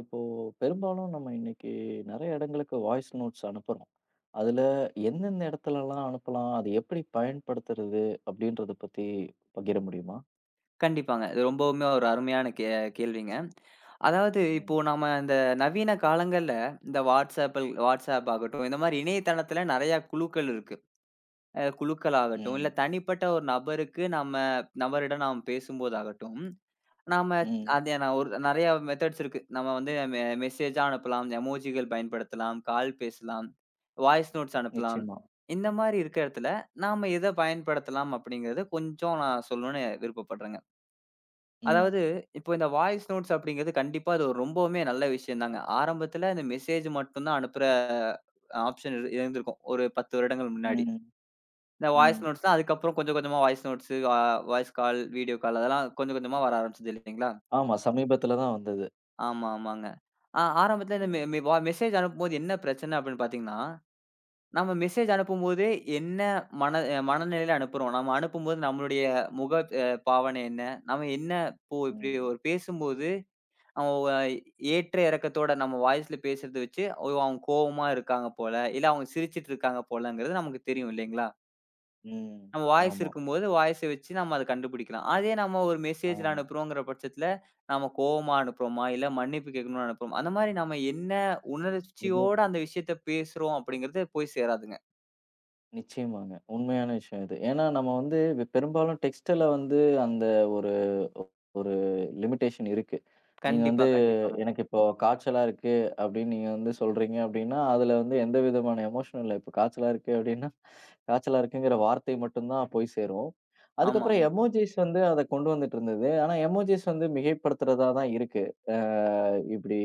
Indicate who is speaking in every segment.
Speaker 1: இப்போ பெரும்பாலும் நம்ம இன்னைக்கு நெறைய இடங்களுக்கு வாய்ஸ் நோட்ஸ் அனுப்புறோம். அதுல எந்தெந்த இடத்துலலாம் அனுப்பலாம்? அது எப்படி பயன்படுத்துறது? அப்படின்றத பத்தி பகிர முடியுமா?
Speaker 2: கண்டிப்பாங்க. இது ரொம்பவுமே ஒரு அருமையான கேள்விங்க. அதாவது இப்போ
Speaker 1: ம்.
Speaker 2: நம்ம இந்த நவீன காலங்கள்ல இந்த வாட்ஸ்அப்பில் வாட்ஸ்அப் ஆகட்டும், இந்த மாரி இணையதளத்துல நெறையா குழுக்கள் இருக்கு. குழுக்கள் ஆகட்டும், இல்ல
Speaker 1: ம்.
Speaker 2: தனிப்பட்ட ஒரு நபருக்கு நம்ம நபரிடம் நாம் பேசும்போதாகட்டும், நாம
Speaker 1: ம்.
Speaker 2: அது நான் ஒரு நெறையா மெத்தட்ஸ் இருக்கு. நம்ம வந்து மெசேஜா அனுப்பலாம், எமோஜிகள் பயன்படுத்தலாம், கால் பேசலாம், வாய்ஸ் நோட்ஸ் அனுப்பலாம்.
Speaker 1: நிச்சயமா.
Speaker 2: இந்த மாரி இருக்க இடத்துல நாம எத பயன்படுத்தலாம் அப்படிங்கிறத கொஞ்சம் நான் சொல்லணும்னு விருப்பப்படுறேங்க.
Speaker 1: ம்.
Speaker 2: அதாவது, இப்போ இந்த வாய்ஸ் நோட்ஸ் அப்படிங்கிறது கண்டிப்பா அது ஒரு ரொம்பவுமே நல்ல விஷயம் தாங்க. ஆரம்பத்துல இந்த மெசேஜ் மட்டும் தான் அனுப்புற ஆப்ஷன் இருந்திருக்கும். ஒரு 10 வருடங்கள் முன்னாடி.
Speaker 1: ம்.
Speaker 2: இந்த வாய்ஸ்
Speaker 1: ம்.
Speaker 2: நோட்ஸ் தான் அதுக்கப்புறம் கொஞ்சம் கொஞ்சமா voice notes, voice call, video call அதெல்லாம் கொஞ்சம் கொஞ்சமா வர ஆரம்பிச்சது இல்லைங்களா?
Speaker 1: ஆமா. சமீபத்துல தான் வந்தது.
Speaker 2: ஆமா, ஆமாங்க. ஆரம்பத்துல இந்த மெ
Speaker 1: ம்.
Speaker 2: மெ வா மெசேஜ் அனுப்பும்போது என்ன பிரச்சனை அப்படின்னு பார்த்தீங்கன்னா, நம்ம மெசேஜ் அனுப்பும்போதே என்ன மன அ மனநிலையில அனுப்புறோம்? நம்ம அனுப்பும்போது நம்மளுடைய முக அ பாவனை என்ன? நம்ம என்ன இப்போ இப்படி
Speaker 1: ம்.
Speaker 2: ஒரு பேசும்போது அவன் ஏற்ற இறக்கத்தோட நம்ம வாய்ஸ்ல பேசுறத வச்சு, ஓ! அவங்க கோவமா இருக்காங்க போல, இல்ல அவங்க சிரிச்சுட்டு இருக்காங்க போலங்கிறது நமக்கு தெரியும் இல்லைங்களா?
Speaker 1: ம்.
Speaker 2: நம்ம வாய்ஸ்
Speaker 1: ஆமா.
Speaker 2: இருக்கும்போது வாய்ஸ வச்சு நம்ம அத கண்டுபிடிக்கலாம். அதே நம்ம ஒரு
Speaker 1: ஆ.
Speaker 2: மெசேஜ்ல அனுப்புறோங்கிற பட்சத்துல, நம்ம கோவமா அனுப்புறோமா? இல்ல மன்னிப்பு கேட்கணும்னு அனுப்புறோமா? அந்த மாரி நம்ம என்ன
Speaker 1: இது
Speaker 2: உணர்ச்சியோட அந்த விஷயத்த பேசுறோம் அப்படிங்கிறது போய் சேராதுங்க.
Speaker 1: நிச்சயமாங்க. உண்மையான விஷயம் இது. ஏன்னா நம்ம வந்து பெரும்பாலும் டெக்ஸ்ட்ல வந்து அந்த ஒரு ஒரு லிமிட்டேஷன் இருக்கு. நீங்க
Speaker 2: கண்டிப்பா,
Speaker 1: வந்து
Speaker 2: கண்டிப்பாங்க.
Speaker 1: எனக்கு இப்போ காய்ச்சலா இருக்கு அப்படின்னு நீங்க வந்து சொல்றீங்க அப்படின்னா, அதுல வந்து எந்த விதமான எமோஷனும் இல்ல. இப்போ காய்ச்சலா இருக்கு அப்படின்னா, காய்ச்சலா இருக்குங்கிற வார்த்தை மட்டும் தான் போய் சேரும். அதுக்கப்புறம்
Speaker 2: ஆமாமா.
Speaker 1: எமோஜிஸ் வந்து அத கொண்டு வந்துட்டு இருந்தது. ஆனா எமோஜிஸ் வந்து மிகைப்படுத்துறதா தான் இருக்கு. அ இப்படி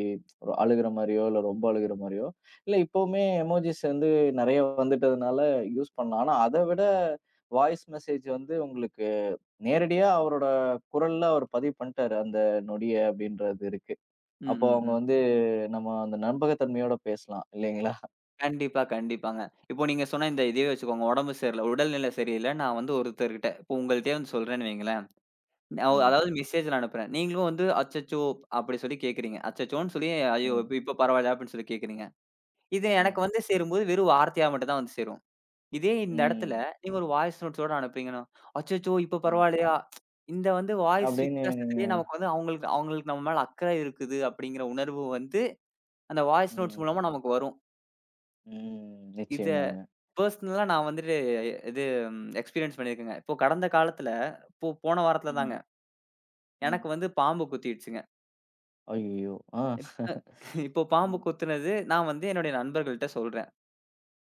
Speaker 1: ஒரு அழுகுற மாரியோ, இல்ல ரொம்ப அழுகுற மாரியோ, இல்ல இப்பவுமே எமோஜிஸ் வந்து நெறைய வந்துட்டதுனால யூஸ் பண்ணலாம். ஆனா அத விட வாய்ஸ் மெசேஜ் வந்து உங்களுக்கு நேரடியா அவரோட குரல்ல அவர் பதிவு பண்ணிட்டாரு, அந்த நொடிய அப்படின்றது இருக்கு.
Speaker 2: ம்,
Speaker 1: அப்போ
Speaker 2: ம்,
Speaker 1: அவங்க
Speaker 2: ம்.
Speaker 1: வந்து நம்ம அந்த நம்பகத்தன்மையோட பேசலாம் இல்லைங்களா?
Speaker 2: கண்டிப்பா, கண்டிப்பாங்க. இப்போ நீங்க சொன்ன இந்த இதே வச்சுக்கோங்க, உடம்பு சரியில்ல, உடல்நிலை சரியில்ல நான் வந்து ஒருத்தர்கிட்ட இப்போ உங்கள்ட்டயே வந்து சொல்றேன்னு வைங்களேன்.
Speaker 1: ம்,
Speaker 2: அதாவது மெசேஜ்ல அனுப்புறேன். நீங்களும் வந்து அச்சச்சோ! அப்படி சொல்லி கேட்கிறீங்க. அச்சச்சோன்னு சொல்லி ஐயோ!
Speaker 1: ம்,
Speaker 2: இப்ப இப்ப பரவாயில்ல அப்படின்னு சொல்லி கேட்கிறீங்க. இது எனக்கு
Speaker 1: ம்,
Speaker 2: வந்து சேரும்போது வெறும் வார்த்தையா மட்டும் தான் வந்து சேரும். இதே இந்த இடத்துல
Speaker 1: ம்,
Speaker 2: நீங்க ஒரு வாய்ஸ் நோட்ஸோட அனுப்புறீங்கன்னா, அச்சச்சோ! இப்ப
Speaker 1: ம்.
Speaker 2: பரவாயில்லையா? இந்த வந்து வாய்ஸ்
Speaker 1: அப்படின்னு நீங்க
Speaker 2: வித்தியாசத்திலேயே நமக்கு வந்து அவங்களுக்கு அவங்களுக்கு நம்ம மேல அக்கறை இருக்குது அப்படிங்கிற உணர்வு வந்து அந்த வாய்ஸ் நோட்ஸ்
Speaker 1: ம்,
Speaker 2: மூலமா நமக்கு வரும்.
Speaker 1: ம்.
Speaker 2: இத
Speaker 1: நிச்சயமாங்க.
Speaker 2: பெர்சனலா நான் வந்துட்டு இது எக்ஸ்பீரியன்ஸ் பண்ணியிருக்கேங்க. இப்போ கடந்த காலத்துல இப்போ போன வாரத்துல தாங்க
Speaker 1: ம், ம்.
Speaker 2: எனக்கு வந்து பாம்பு குத்திடுச்சுங்க.
Speaker 1: ஐயய்யோ! ஆ.
Speaker 2: இப்போ பாம்பு
Speaker 1: ம்,
Speaker 2: கொத்துனது நான் வந்து என்னுடைய நண்பர்கள்ட்ட சொல்றேன்.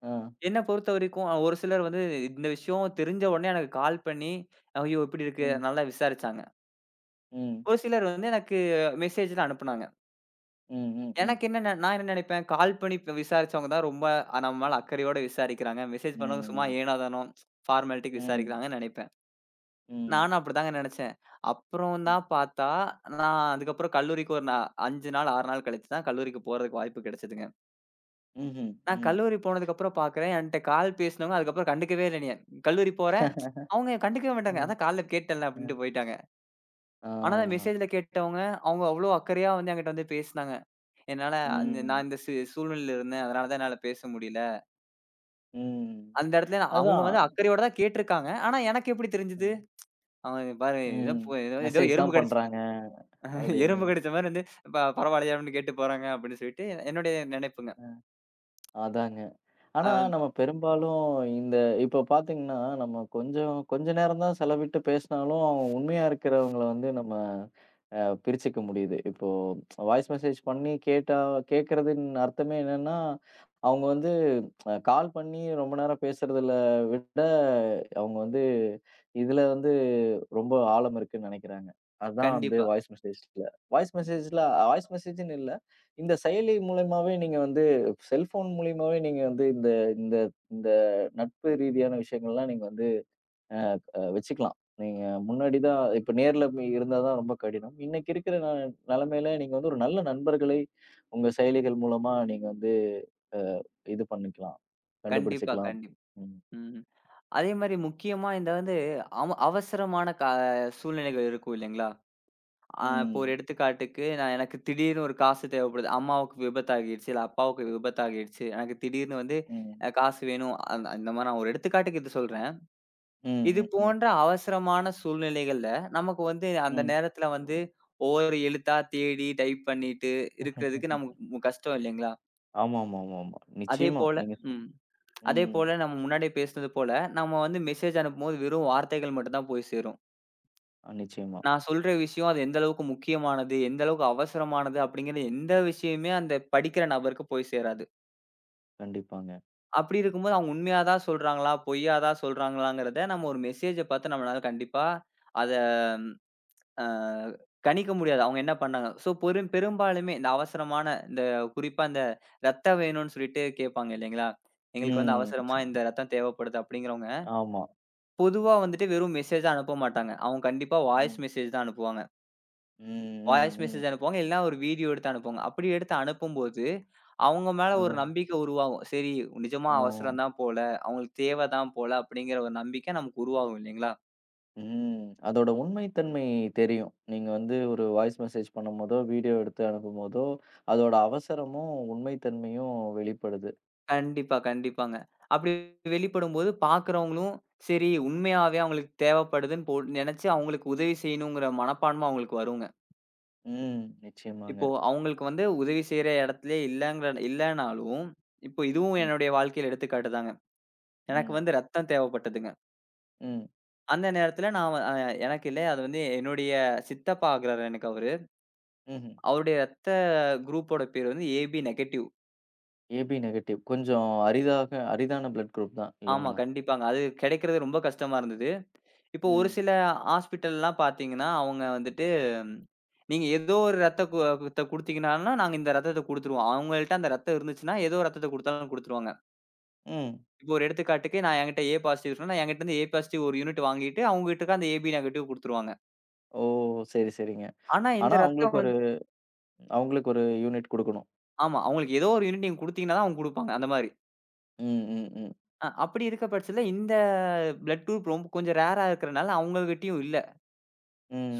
Speaker 1: ஆ.
Speaker 2: என்ன பொறுத்தவரைக்கும் ஒரு சிலர் வந்து இந்த விஷயம் தெரிஞ்ச உடனே எனக்கு கால் பண்ணி, "ஐயோ! இப்படி இருக்கு"
Speaker 1: ம்,
Speaker 2: நல்லா விசாரிச்சாங்க.
Speaker 1: ம்,
Speaker 2: ஒரு சிலர் வந்து எனக்கு மெசேஜ்ல அனுப்புனாங்க.
Speaker 1: ம், ம், ம்,
Speaker 2: எனக்கு என்ன நான் என்ன நினைப்பேன், கால் பண்ணி இப்ப விசாரிச்சவங்க தான் ரொம்ப நம்ம மேல அக்கறையோட விசாரிக்கிறாங்க. மெசேஜ் பண்ணவங்க சும்மா
Speaker 1: ம்,
Speaker 2: ஏனாதானம், ஃபார்மாலிட்டிக்கு
Speaker 1: ம்,
Speaker 2: விசாரிக்கிறாங்கன்னு நினைப்பேன்.
Speaker 1: ம்,
Speaker 2: நானும் அப்படிதாங்க நினைச்சேன். அப்புறம்
Speaker 1: ம்.
Speaker 2: தான் பார்த்தா, நான் அதுக்கப்புறம் கல்லூரிக்கு ஒரு நா 5 நாள், 6 நாள் கழிச்சு தான் கல்லூரிக்கு போறதுக்கு வாய்ப்பு கிடைச்சதுங்க.
Speaker 1: ம்ஹ்ம்.
Speaker 2: நான்
Speaker 1: ம்,
Speaker 2: கல்லூரி போனதுக்கப்புறம் பார்க்குறேன். என்ட்ட கால் பேசினவங்க அதுக்கப்புறம் கண்டுக்கவே இல்ல என்னைய. கல்லூரி போறேன். அவங்க கண்டுக்கவே மாட்டாங்க.
Speaker 1: ம்.
Speaker 2: அதான் கால்ல கேட்டேன்ல
Speaker 1: அ.
Speaker 2: அப்டின்ட்டு போயிட்டாங்க. ஆனா அந்த
Speaker 1: ஆ.
Speaker 2: மெசேஜ்ல கேட்டவங்க, அவங்க அவ்ளோ அக்கறையா வந்து என்கிட்ட வந்து பேசினாங்க. என்னால அந்த நான்
Speaker 1: ம்,
Speaker 2: இந்த சூழ்நிலையில இருந்தேன். அதனால தான் என்னால பேச முடியல.
Speaker 1: ம்.
Speaker 2: அந்த இடத்துல அவங்க
Speaker 1: அதான்.
Speaker 2: வந்து அக்கறையோட தான் கேட்டுருக்காங்க. ஆனா எனக்கு எப்டி தெரிஞ்சது? அவன் பாரு ஏதோ
Speaker 1: ம்.
Speaker 2: ஏதோ ஏதோ
Speaker 1: மெசேஜ்
Speaker 2: எறும்பு
Speaker 1: தான்
Speaker 2: கடிச்ச
Speaker 1: பண்றாங்க அப்படின்னு.
Speaker 2: எறும்பு கடிச்ச மாரி வந்து பரவாயில்லையா அப்டின்னு கேட்டு போறாங்க அப்டின்னு சொல்லிட்டு என்னுடைய நினைப்புங்க.
Speaker 1: அ அதாங்க. ஆனா,
Speaker 2: அ
Speaker 1: நம்ம பெரும்பாலும் இந்த இப்ப பார்த்தீங்கன்னா, நம்ம கொஞ்சம் கொஞ்ச நேரம் தான் செலவிட்டு பேசினாலும், உண்மையா இருக்கிறவங்கள வந்து நம்ம பிரிச்சுக்க முடியுது. இப்போ வாய்ஸ் மெசேஜ் பண்ணி கேட்டா கேட்கறதுன் அர்த்தமே என்னன்னா, அவங்க வந்து கால் பண்ணி ரொம்ப நேரம் பேசுறதுல விட, அவங்க வந்து இதுல வந்து ரொம்ப ஆழம் இருக்குன்னு நெனைக்கிறாங்க. அதான் வந்து
Speaker 2: கண்டிப்பா,
Speaker 1: வாய்ஸ் மெசேஜ்ல. வாய்ஸ் மெசேஜ்ல வாய்ஸ் மெசேஜ்ன்னு இல்ல. இந்த செயலி மூலியமாவே நீங்க வந்து செல்ஃபோன் மூலியமாவே நீங்க வந்து இந்த இந்த இந்த நட்பு ரீதியான விஷயங்கள்லாம் நீங்க வந்து அ அ வச்சுக்கலாம். நீங்க முன்னாடி தான் இப்ப நேர்ல போய் இருந்தா தான் ரொம்ப கடினம். இன்னைக்கு இருக்கிற நெலைமையில நீங்க வந்து ஒரு நல்ல நண்பர்களை உங்க செயலிகள் மூலமா நீங்க வந்து அ இது பண்ணிக்கலாம்.
Speaker 2: கண்டிப்பா,
Speaker 1: கண்டுபிடிச்சுக்கலாம்.
Speaker 2: கண்டிப்பா.
Speaker 1: ம்.
Speaker 2: ம். அதே மாரி முக்கியமா இந்த வந்து அவசரமான சூழ்நிலைகள் இருக்கும் இல்லைங்களா? இப்போ ஒரு
Speaker 1: ம்.
Speaker 2: எடுத்துக்காட்டுக்கு, நான் எனக்கு திடீர்னு ஒரு காசு தேவைப்படுது. அம்மாவுக்கு விபத்தாகிடுச்சு, இல்ல அப்பாவுக்கு விபத்தாகிடுச்சு. எனக்கு திடீர்னு வந்து
Speaker 1: ம்.
Speaker 2: காசு வேணும். அந்த அந்த மாரி நான் ஒரு எடுத்துக்காட்டுக்கு இது சொல்றேன்.
Speaker 1: ம்.
Speaker 2: இது
Speaker 1: ம். ம்.
Speaker 2: போன்ற அவசரமான சூழ்நிலைகள்ல, நமக்கு வந்து அந்த
Speaker 1: ம்.
Speaker 2: நேரத்துல வந்து ஒவ்வொரு எழுத்தா தேடி டைப் பண்ணிட்டு இருக்கிறதுக்கு நமக்கு கஷ்டம் இல்லைங்களா?
Speaker 1: ஆமாமாமாமா. நிச்சயமா.
Speaker 2: அதேபோல
Speaker 1: நீங்க சொ
Speaker 2: ம்.
Speaker 1: ம்.
Speaker 2: அதேபோல நம்ம முன்னாடியே பேசினது போல, நம்ம வந்து மெசேஜ் அனுப்பும்போது வெறும் வார்த்தைகள் மட்டும் தான் போய் சேரும்.
Speaker 1: நிச்சயமா.
Speaker 2: நான் சொல்ற விஷயம் அது எந்த அளவுக்கு முக்கியமானது, எந்த அளவுக்கு அவசரமானது அப்படிங்கிற எந்த விஷயமுமே அந்த படிக்கிற நபருக்கு போய் சேராது.
Speaker 1: கண்டிப்பாங்க.
Speaker 2: அப்படி இருக்கும்போது அவங்க உண்மையா தான் சொல்றாங்களா? பொய்யா தான் சொல்றாங்களாங்கிறத நம்ம ஒரு மெசேஜ பார்த்து நம்மளால கண்டிப்பா அத அ கணிக்க முடியாது. அவங்க என்ன பண்ணாங்க? ஸோ பெரும்பாலுமே இந்த அவசரமான இந்த குறிப்பா இந்த ரத்தம் வேணும்னு சொல்லிட்டு கேட்பாங்க இல்லைங்களா? எங்களுக்கு வந்து
Speaker 1: ம்.
Speaker 2: அவசரமா இந்த ரத்தம் தேவைப்படுது அப்படிங்கிறவங்க,
Speaker 1: ஆமா.
Speaker 2: பொதுவா வந்துட்டு வெறும் மெசேஜா அனுப்ப மாட்டாங்க. அவங்க கண்டிப்பா வாய்ஸ்
Speaker 1: ம்.
Speaker 2: மெசேஜ் தான் அனுப்புவாங்க.
Speaker 1: ம். ம்.
Speaker 2: வாய்ஸ் மெசேஜ்
Speaker 1: ம்.
Speaker 2: அனுப்புவாங்க. இல்லன்னா ஒரு வீடியோ எடுத்து அனுப்புவாங்க. அப்படி எடுத்து அனுப்பும்போது, அவங்க மேல ஒரு
Speaker 1: அதான்.
Speaker 2: நம்பிக்கை உருவாகும். சரி நிஜமா
Speaker 1: ஓ.
Speaker 2: அவசரம் தான் போல, அவங்களுக்கு தேவை தான் போல அப்படிங்கிற ஒரு நம்பிக்கை நமக்கு உருவாகும் இல்லைங்களா?
Speaker 1: ம். அதோட உண்மைத்தன்மை தெரியும். நீங்க வந்து ஒரு வாய்ஸ் மெசேஜ் பண்ணும்போதோ, வீடியோ எடுத்து அனுப்பும்போதோ, அதோட அவசரமும், உண்மைத்தன்மையும் வெளிப்படுது.
Speaker 2: கண்டிப்பா, கண்டிப்பாங்க. அப்படி வெளிப்படும்போது பார்க்குறவங்களும், சரி உண்மையாவே அவங்களுக்கு தேவைப்படுதுன்னு நெனச்சு அவங்களுக்கு உதவி செய்யணுங்கிற மனப்பான்மை அவங்களுக்கு வருங்க.
Speaker 1: ம். நிச்சயமாங்க.
Speaker 2: இப்போ அவங்களுக்கு வந்து உதவி செய்ற இடத்திலே இல்லங்கிற இல்லனாலும், இப்போ இதுவும்
Speaker 1: ம்,
Speaker 2: என்னுடைய வாழ்க்கையில எடுத்துக்காட்டு தாங்க. எனக்கு
Speaker 1: ம்,
Speaker 2: வந்து ரத்தம் தேவைப்பட்டதுங்க.
Speaker 1: ம்,
Speaker 2: அந்த நேரத்துல நான் எனக்கு இல்ல. அது வந்து என்னுடைய சித்தப்பா ஆகுறாரு எனக்கு அவரு.
Speaker 1: ம்ஹ்ம்.
Speaker 2: அவருடைய குரூப்போட பேர் வந்து ஏபி நெகட்டிவ்.
Speaker 1: AB negative. கொஞ்சம் அரிதான பிளட் குரூப் தான்
Speaker 2: ஆமா,
Speaker 1: இல்லைங்களா?
Speaker 2: கண்டிப்பாங்க. அது கிடைக்கிறது ரொம்ப கஷ்டமா இருந்தது. இப்போ ஒரு
Speaker 1: ம்,
Speaker 2: சில ஹாஸ்பிட்டல்லாம் பார்த்தீங்கன்னா, அவங்க வந்துட்டு ம், நீங்க ஏதோ ஒரு ரத்த குடுத்தீங்கனான்னா, நாங்க இந்த ரத்தத்த குடுத்துருவோம். அவங்கள்ட்ட அந்த ரத்தம் இருந்துச்சுன்னா, ஏதோ ரத்தத்த குடுத்தாலும் குடுத்துருவாங்க.
Speaker 1: ம்.
Speaker 2: இப்போ ஒரு எடுத்துக்காட்டுக்கு நான் என்கிட்ட ஏ பாசிட்டிவ் இருக்குன்னா, நான் என்கிட்ட இருந்து ஏ பாசிட்டிவ் ஒரு யூனிட் வாங்கிட்டு, அவங்ககிட்டக்க அந்த ஏபி நெகட்டிவ் குடுத்துருவாங்க.
Speaker 1: ஓ! சரி, சரிங்க.
Speaker 2: ஆனா இந்த
Speaker 1: ஆனா
Speaker 2: ரத்தம்
Speaker 1: அவங்களுக்கு ஒரு
Speaker 2: வந்து
Speaker 1: அவங்களுக்கு ஒரு யூனிட் குடுக்கணும்.
Speaker 2: ஆமா. அவங்களுக்கு ஏதோ ஒரு யூனிட் நீங்க குடுத்தீங்கன்னா தான் அவங்க குடுப்பாங்க. அந்த மாரி.
Speaker 1: ம், ம், ம்,
Speaker 2: அப்படி இருக்க பட்சத்தில இந்த பிளட் குரூப் ரொம்ப கொஞ்சம் ரேரா இருக்கிறனால அவங்ககிட்டயும் இல்ல.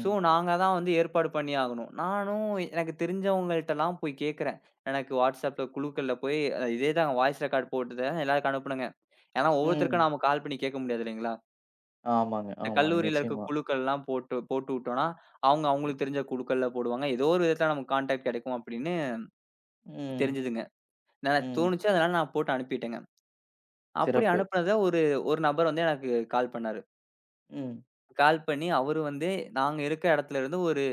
Speaker 2: ஸோ நாங்க தான் வந்து ஏற்பாடு பண்ணி ஆகணும். நானும் எனக்கு தெரிஞ்சவங்கள்ட்டலாம் போய் கேட்கிறேன். எனக்கு WhatsAppல குழுக்கள்ல போய் இதே தான் வாய்ஸ் ரெக்கார்ட் போட்டத எல்லாருக்கும் அனுப்புனங்க. ஏன்னா ஒவ்வொருத்தருக்கும்
Speaker 1: ம்.
Speaker 2: நாம கால் பண்ணி கேட்க முடியாது இல்லைங்களா?
Speaker 1: ஆமாங்க,
Speaker 2: இந்த
Speaker 1: ஆமாங்க.
Speaker 2: கல்லூரியில இருக்க
Speaker 1: நிச்சயமா.
Speaker 2: குழுக்கள்லாம் போட்டு போட்டு விட்டோம்னா, அவங்க
Speaker 1: ம்,
Speaker 2: அவங்களுக்கு தெரிஞ்ச குழுக்கள்ல போடுவாங்க. ஏதோ ஒரு விதத்தில நமக்கு கான்டாக்ட் கிடைக்கும் அப்படின்னு
Speaker 1: ம்,
Speaker 2: தெரிஞ்சுதுங்க. நான்
Speaker 1: ம்.
Speaker 2: தோணுச்சு அதனால நான் போட்டு அனுப்பிட்டேங்க. அப்படி
Speaker 1: சிறப்பு.
Speaker 2: அனுப்புனத ஒரு ஒரு நபர் வந்து எனக்கு கால் பண்ணாரு.
Speaker 1: ம்,
Speaker 2: கால் பண்ணி அவரு வந்து நாங்க இருக்க இடத்துல இருந்து ஒரு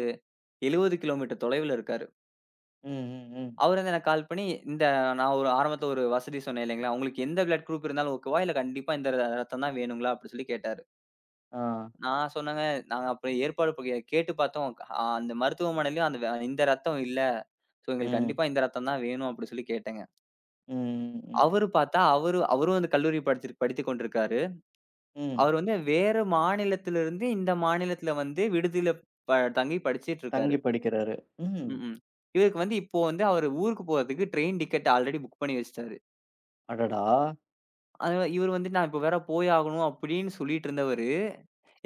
Speaker 2: 70 கிலோமீட்டர் தொலைவுல இருக்காரு.
Speaker 1: ம், ம், ம்.
Speaker 2: அவரு வந்து எனக்கு கால் பண்ணி, இந்த நான் ஒரு ஆரம்பத்துல ஒரு வசதி சொன்னேன் இல்லைங்களா? உங்களுக்கு எந்த பிளட் குரூப் இருந்தாலும் ஓகேவா? இல்ல கண்டிப்பா இந்த ரத்தம் தான் வேணுங்களா? அப்படின்னு சொல்லி கேட்டாரு.
Speaker 1: ஆ.
Speaker 2: நான் சொன்னேங்க, நாங்க அப்புறம் ஏற்பாடு ப கேட்டு பார்த்தோம். அந்த மருத்துவமனையிலயும் அந்த இந்த ரத்தம் இல்ல. ஸோ எங்களுக்கு
Speaker 1: ம்.
Speaker 2: கண்டிப்பா இந்த ரத்தம் தான் வேணும் அப்படின்னு சொல்லி கேட்டேங்க.
Speaker 1: ம். ம்.
Speaker 2: அவரு பார்த்தா அவரு அவரும் வந்து கல்லூரி படித்துக் கொண்டிருக்காரு.
Speaker 1: ம்.
Speaker 2: அவரு வந்து வேற மாநிலத்திலிருந்து இந்த மாநிலத்தில வந்து விடுதியில ப தங்கி படிச்சிட்டு இருக்காரு.
Speaker 1: தங்கி படிக்கிறாரு. ம்.
Speaker 2: ம்ஹ்ம். இவருக்கு வந்து இப்போ வந்து அவரு ஊருக்கு போறதுக்கு ட்ரெயின் டிக்கெட் ஆல்ரெடி புக் பண்ணி வச்சுட்டாரு.
Speaker 1: அடடா!
Speaker 2: அதனால இவரு வந்து நான் இப்போ வேற போய் ஆகணும் அப்படின்னு சொல்லிட்டு இருந்தவரு,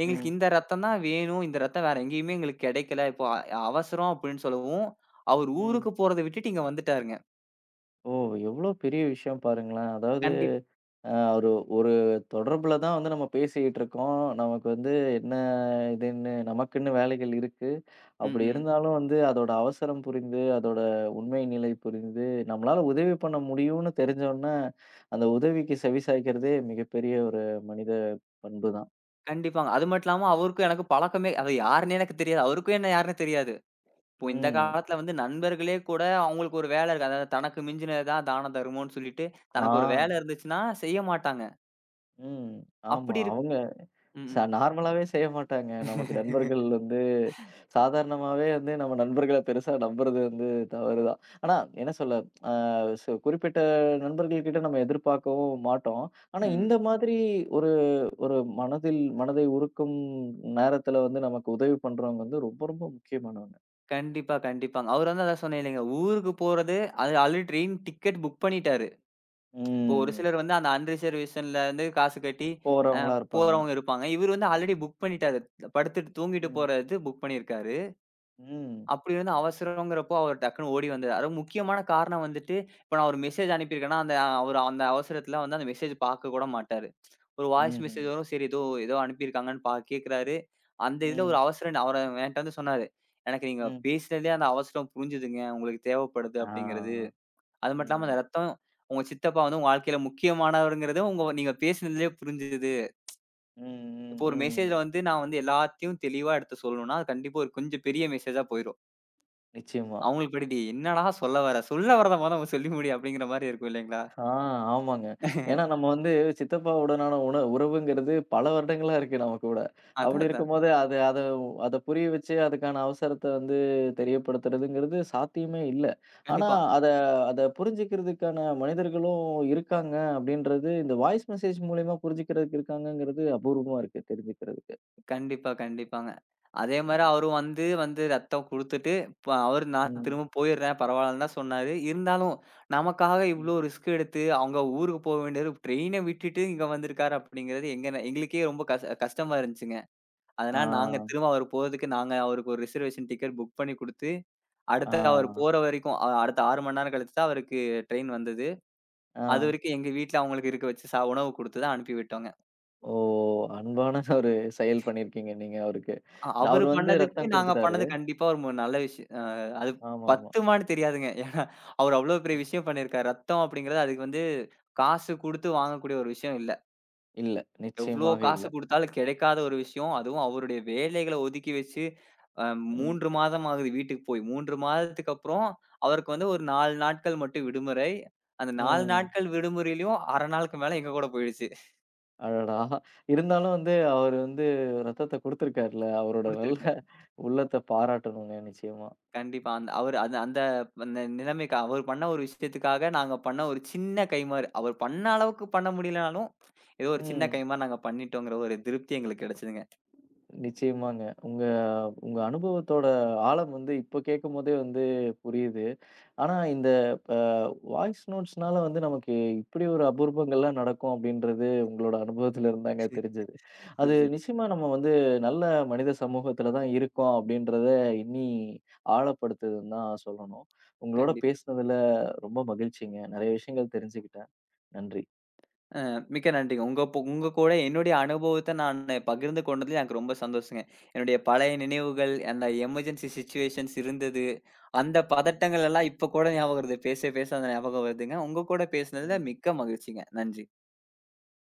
Speaker 2: எங்களுக்கு
Speaker 1: ம்.
Speaker 2: இந்த ரத்தம் தான் வேணும். இந்த ரத்தம் வேற எங்கேயுமே எங்களுக்கு கிடைக்கல. இப்போ அவசரம் அப்படின்னு சொல்லவும், அவர்
Speaker 1: ம்.
Speaker 2: ஊருக்கு போறத விட்டுட்டு இங்க வந்துட்டாருங்க.
Speaker 1: ஓ! எவ்ளோ பெரிய விஷயம் பாருங்களேன். அதாவது
Speaker 2: கண்டிப்
Speaker 1: அ ஒரு ஒரு தொடர்புல தான் வந்து நம்ம பேசிக்கிட்டு இருக்கோம். நமக்கு வந்து என்ன இதுன்னு நமக்குன்னு வேலைகள் இருக்கு. அப்படி
Speaker 2: ம்ஹ்ம்.
Speaker 1: இருந்தாலும் வந்து அதோட அவசரம் புரிந்து, அதோட உண்மை நிலை புரிந்து, நம்மளால உதவி பண்ண முடியும்னு தெரிஞ்சோனே, அந்த உதவிக்கு செவிசாய்க்கிறதே மிகப்பெரிய ஒரு மனித பண்பு தான்.
Speaker 2: கண்டிப்பாங்க. அது மட்டும் இல்லாம அவருக்கும் எனக்கும் பழக்கமே அது யாருன்னே எனக்கு தெரியாது. அவருக்கும் என்ன யாருன்னு தெரியாது. இப்போ இந்த
Speaker 1: ம்.
Speaker 2: காலத்துல வந்து நண்பர்களே கூட அவங்களுக்கு ஒரு வேலை இருக்கு. அதாவது தனக்கு மிஞ்சினது தான் தான தருமம்னு சொல்லிட்டு, தனக்கு ஒரு வேலை
Speaker 1: ஆ.
Speaker 2: இருந்துச்சுன்னா செய்ய மாட்டாங்க.
Speaker 1: ம். ஆமா.
Speaker 2: அப்படி இருக்
Speaker 1: அவங்க
Speaker 2: ம்ஹ்ம்.
Speaker 1: நார்மலாவே செய்ய மாட்டாங்க. நமக்கு நண்பர்கள் வந்து சாதாரணமாவே வந்து நம்ம நண்பர்கள பெருசா நம்புறது வந்து தவறு தான். ஆனா என்ன சொல்ல அ குறிப்பிட்ட நண்பர்கள் கிட்ட நம்ம எதிர்பார்க்கவும் மாட்டோம். ஆனா
Speaker 2: ம்.
Speaker 1: இந்த மாதிரி ஒரு ஒரு மனதில் மனதை உருக்கும் நேரத்துல வந்து நமக்கு உதவி பண்றவங்க வந்து ரொம்ப ரொம்ப முக்கியமானவங்க.
Speaker 2: கண்டிப்பா, கண்டிப்பாங்க. அவரு வந்து அதான் சொன்னேன் இல்லைங்க. ஊருக்கு போறது அது ஆல்ரெடி ட்ரெயின் டிக்கெட் புக் பண்ணிட்டாரு. இப்போ ஒரு
Speaker 1: ம்.
Speaker 2: சிலர் வந்து அந்த அன்ரிசர்வேஷன்ல வந்து காசு கட்டி
Speaker 1: போறவங்களா இருப்பாங்க.
Speaker 2: போறவங்க இருப்பாங்க. இவரு வந்து ஆல்ரெடி புக் பண்ணிட்டாரு. படுத்துட்டு தூங்கிட்டு
Speaker 1: ம்.
Speaker 2: போறது புக் பண்ணியிருக்காரு.
Speaker 1: ம்.
Speaker 2: அப்படி இருந்த அவசரங்கிறப்போ அவர் டக்குன்னு ஓடி வந்தாரு. அதுவும் முக்கியமான காரணம் வந்துட்டு, இப்ப நான் ஒரு மெசேஜ் அனுப்பியிருக்கேன்னா, அந்த அவரு அந்த அவசரத்துல வந்து அந்த மெசேஜ் பார்க்க கூட மாட்டாரு. ஒரு வாய்ஸ்
Speaker 1: ம்ஹ்ம்.
Speaker 2: மெசேஜ் வரும். சரி ஏதோ ஏதோ அனுப்பியிருக்காங்கன்னு கேட்கிறாரு. அந்த இதுல ஒரு
Speaker 1: ம்.
Speaker 2: அவசரம் அவரு என்ட்ட வந்து சொன்னாரு. "எனக்கு நீங்க
Speaker 1: ம்.
Speaker 2: பேசினதே அந்த அவசரம் புரிஞ்சுதுங்க. உங்களுக்கு தேவைப்படுது
Speaker 1: ஆ.
Speaker 2: அப்படிங்கிறது. அது மட்டும் இல்லாம அந்த
Speaker 1: ம்.
Speaker 2: ரத்தம் உங்க சித்தப்பா வந்து உங்க வாழ்க்கையில முக்கியமானவருங்கிறது உங்க நீங்க பேசினதிலயே புரிஞ்சுது.
Speaker 1: ம். ம்.
Speaker 2: இப்போ ஒரு
Speaker 1: ம்.
Speaker 2: மெசேஜ்ல வந்து நான் வந்து எல்லாத்தையும் தெளிவா எடுத்து சொல்லணும்னா, அது கண்டிப்பா ஒரு கொஞ்சம் பெரிய மெசேஜா போயிரும்."
Speaker 1: நிச்சயமா.
Speaker 2: அவங்களுக்கு படிடி "என்னடா சொல்ல வர? சொல்ல வரத மொத அவன் சொல்லி முடி" அப்படிங்கிற மாரி இருக்கும் இல்லைங்களா?
Speaker 1: ஆ, ஆமாங்க. ஏன்னா நம்ம வந்து சித்தப்பாவுடனான உறவுங்கிறது பல வருடங்களா இருக்கு நம்ம கூட.
Speaker 2: அதான்,
Speaker 1: அப்படி
Speaker 2: அதான்.
Speaker 1: இருக்கும்போது அது அத அத புரிய வச்சு அதுக்கான அவசரத்த வந்து தெரியப்படுத்துறதுங்கிறது சாத்தியமே இல்ல. ஆனா
Speaker 2: கண்டிப்பா.
Speaker 1: அத அத புரிஞ்சுக்கிறதுக்கான மனிதர்களும் இருக்காங்க அப்படின்றது இந்த வாய்ஸ் மெசேஜ் மூலியமா புரிஞ்சுக்கிறதுக்கு இருக்காங்கங்கிறது அபூர்வமா இருக்கு தெரிஞ்சுக்கிறதுக்கு.
Speaker 2: கண்டிப்பா, கண்டிப்பாங்க. அதே மாரி அவரும் வந்து வந்து ரத்தம் குடுத்துட்டு, இப்ப அவரு "நான்
Speaker 1: ம்,
Speaker 2: திரும்ப போயிடுறேன், பரவால்லன்னு" தான் சொன்னாரு. இருந்தாலும், நமக்காக
Speaker 1: ம்.
Speaker 2: இவ்ளோ ரிஸ்க் எடுத்து, அவங்க ஊருக்கு போக வேண்டியது ட்ரெயின விட்டுட்டு இங்க வந்திருக்காரு அப்படிங்கிறது எங்க எங்களுக்கே ரொம்ப கஷ்டமா இருந்துச்சுங்க.
Speaker 1: ஆ,
Speaker 2: அதனால நாங்க திரும்ப அவரு போறதுக்கு நாங்க அவருக்கு ஒரு ரிசர்வேஷன் டிக்கெட் புக் பண்ணி குடுத்து, அடுத்த அவரு
Speaker 1: ஆ,
Speaker 2: போற வரைக்கும், அடுத்த 6 மணி நேரம் கழிச்சு தான் அவருக்கு ட்ரெயின் வந்தது.
Speaker 1: ஆ.
Speaker 2: அதுவரைக்கும் எங்க வீட்ல அவங்களுக்கு இருக்க வச்சு உணவு குடுத்து தான் அனுப்பி விட்டோங்க.
Speaker 1: ஓ! அன்பான ஒரு செயல் பண்ணியிருக்கீங்க நீங்க அவருக்கு.
Speaker 2: அவரு
Speaker 1: அவரு வந்து
Speaker 2: பண்ணதுக்கு,
Speaker 1: ரத்தம்
Speaker 2: நாங்க
Speaker 1: குடுத்துட்டாரு.
Speaker 2: பண்ணது கண்டிப்பா ஒரு மு நல்ல விஷயம். அது
Speaker 1: ஆமாமா.
Speaker 2: பத்துமான்னு தெரியாதுங்க. ஏன்னா, அவரு அவ்ளோ பெரிய விஷயம் பண்ணியிருக்காரு. ரத்தம் அப்படிங்கிறது அதுக்கு வந்து காசு குடுத்து வாங்கக்கூடிய ஒரு விஷயம் இல்ல.
Speaker 1: இல்ல.
Speaker 2: எவ்ளோ
Speaker 1: நிச்சயமாக இல்ல.
Speaker 2: காசு குடுத்தாலும் கிடைக்காத ஒரு விஷயம். அதுவும் அவருடைய வேலைகள ஒதுக்கி வச்சு, அ 3
Speaker 1: ம்.
Speaker 2: மாதம் ஆகுது வீட்டுக்கு போய். 3 மாதத்துக்கு அப்புறம் அவருக்கு வந்து ஒரு 4 நாட்கள் மட்டும் விடுமுறை. அந்த 4
Speaker 1: ம்.
Speaker 2: நாட்கள் விடுமுறையிலயும் 1/2 நாளுக்கு மேல எங்க கூட போயிடுச்சு.
Speaker 1: அடடா! இருந்தாலும் வந்து அவரு வந்து ரத்தத்த குடுத்துருக்காருல்ல. அவரோட நல்ல
Speaker 2: குடுத்துருக்க
Speaker 1: உள்ளத்த பாராட்டணுங்க நிச்சயமா.
Speaker 2: கண்டிப்பா. அந்த அவரு அந்த அந்த அந்த நிலைமைக்கு அவர் பண்ண ஒரு விஷயத்துக்காக நாங்க பண்ண ஒரு சின்ன கைமாறு. அவர் பண்ண அளவுக்கு பண்ண முடியலனாலும், ஏதோ ஒரு சின்ன
Speaker 1: ம்.
Speaker 2: கைமாறு நாங்க பண்ணிட்டோங்கிற ஒரு திருப்தி எங்களுக்கு கிடைச்சதுங்க.
Speaker 1: நிச்சயமாங்க. உங்க உங்க அனுபவத்தோட ஆழம் வந்து இப்ப கேட்கும்போதே வந்து புரியுது. ஆனா, இந்த அ வாய்ஸ் நோட்ஸ்னால வந்து நமக்கு இப்படி ஒரு அபூர்வங்கள்லாம் நடக்கும் அப்படின்றது உங்களோட அனுபவத்துல இருந்தாங்க தெரிஞ்சது.
Speaker 2: சரி,
Speaker 1: அது
Speaker 2: சரி.
Speaker 1: நிச்சயமா நம்ம வந்து நல்ல மனித சமூகத்துல தான் இருக்கோம் அப்படின்றத இன்னி ஆழப்படுத்துதுன்னு தான் சொல்லணும். உங்களோட
Speaker 2: கண்டிப்
Speaker 1: பேசினதுல ரொம்ப மகிழ்ச்சிங்க. நெறைய விஷயங்கள் தெரிஞ்சுக்கிட்டேன். நன்றி.
Speaker 2: அ மிக்க நன்றிங்க. உங்க உங்க கூட என்னுடைய அனுபவத்த நானு பகிர்ந்து கொண்டதுல எனக்கு ரொம்ப சந்தோஷங்க. என்னுடைய பழைய நினைவுகள், அந்த எமர்ஜென்சி சிச்சுவேஷன்ஸ் இருந்தது. அந்த பதட்டங்கள் எல்லாம் இப்ப கூட ஞாபகம் வருது. பேச, பேச அந்த ஞாபகம் வருதுங்க. உங்க கூட பேசினதுல
Speaker 1: ம்.
Speaker 2: மிக்க மகிழ்ச்சிங்க. நன்றி.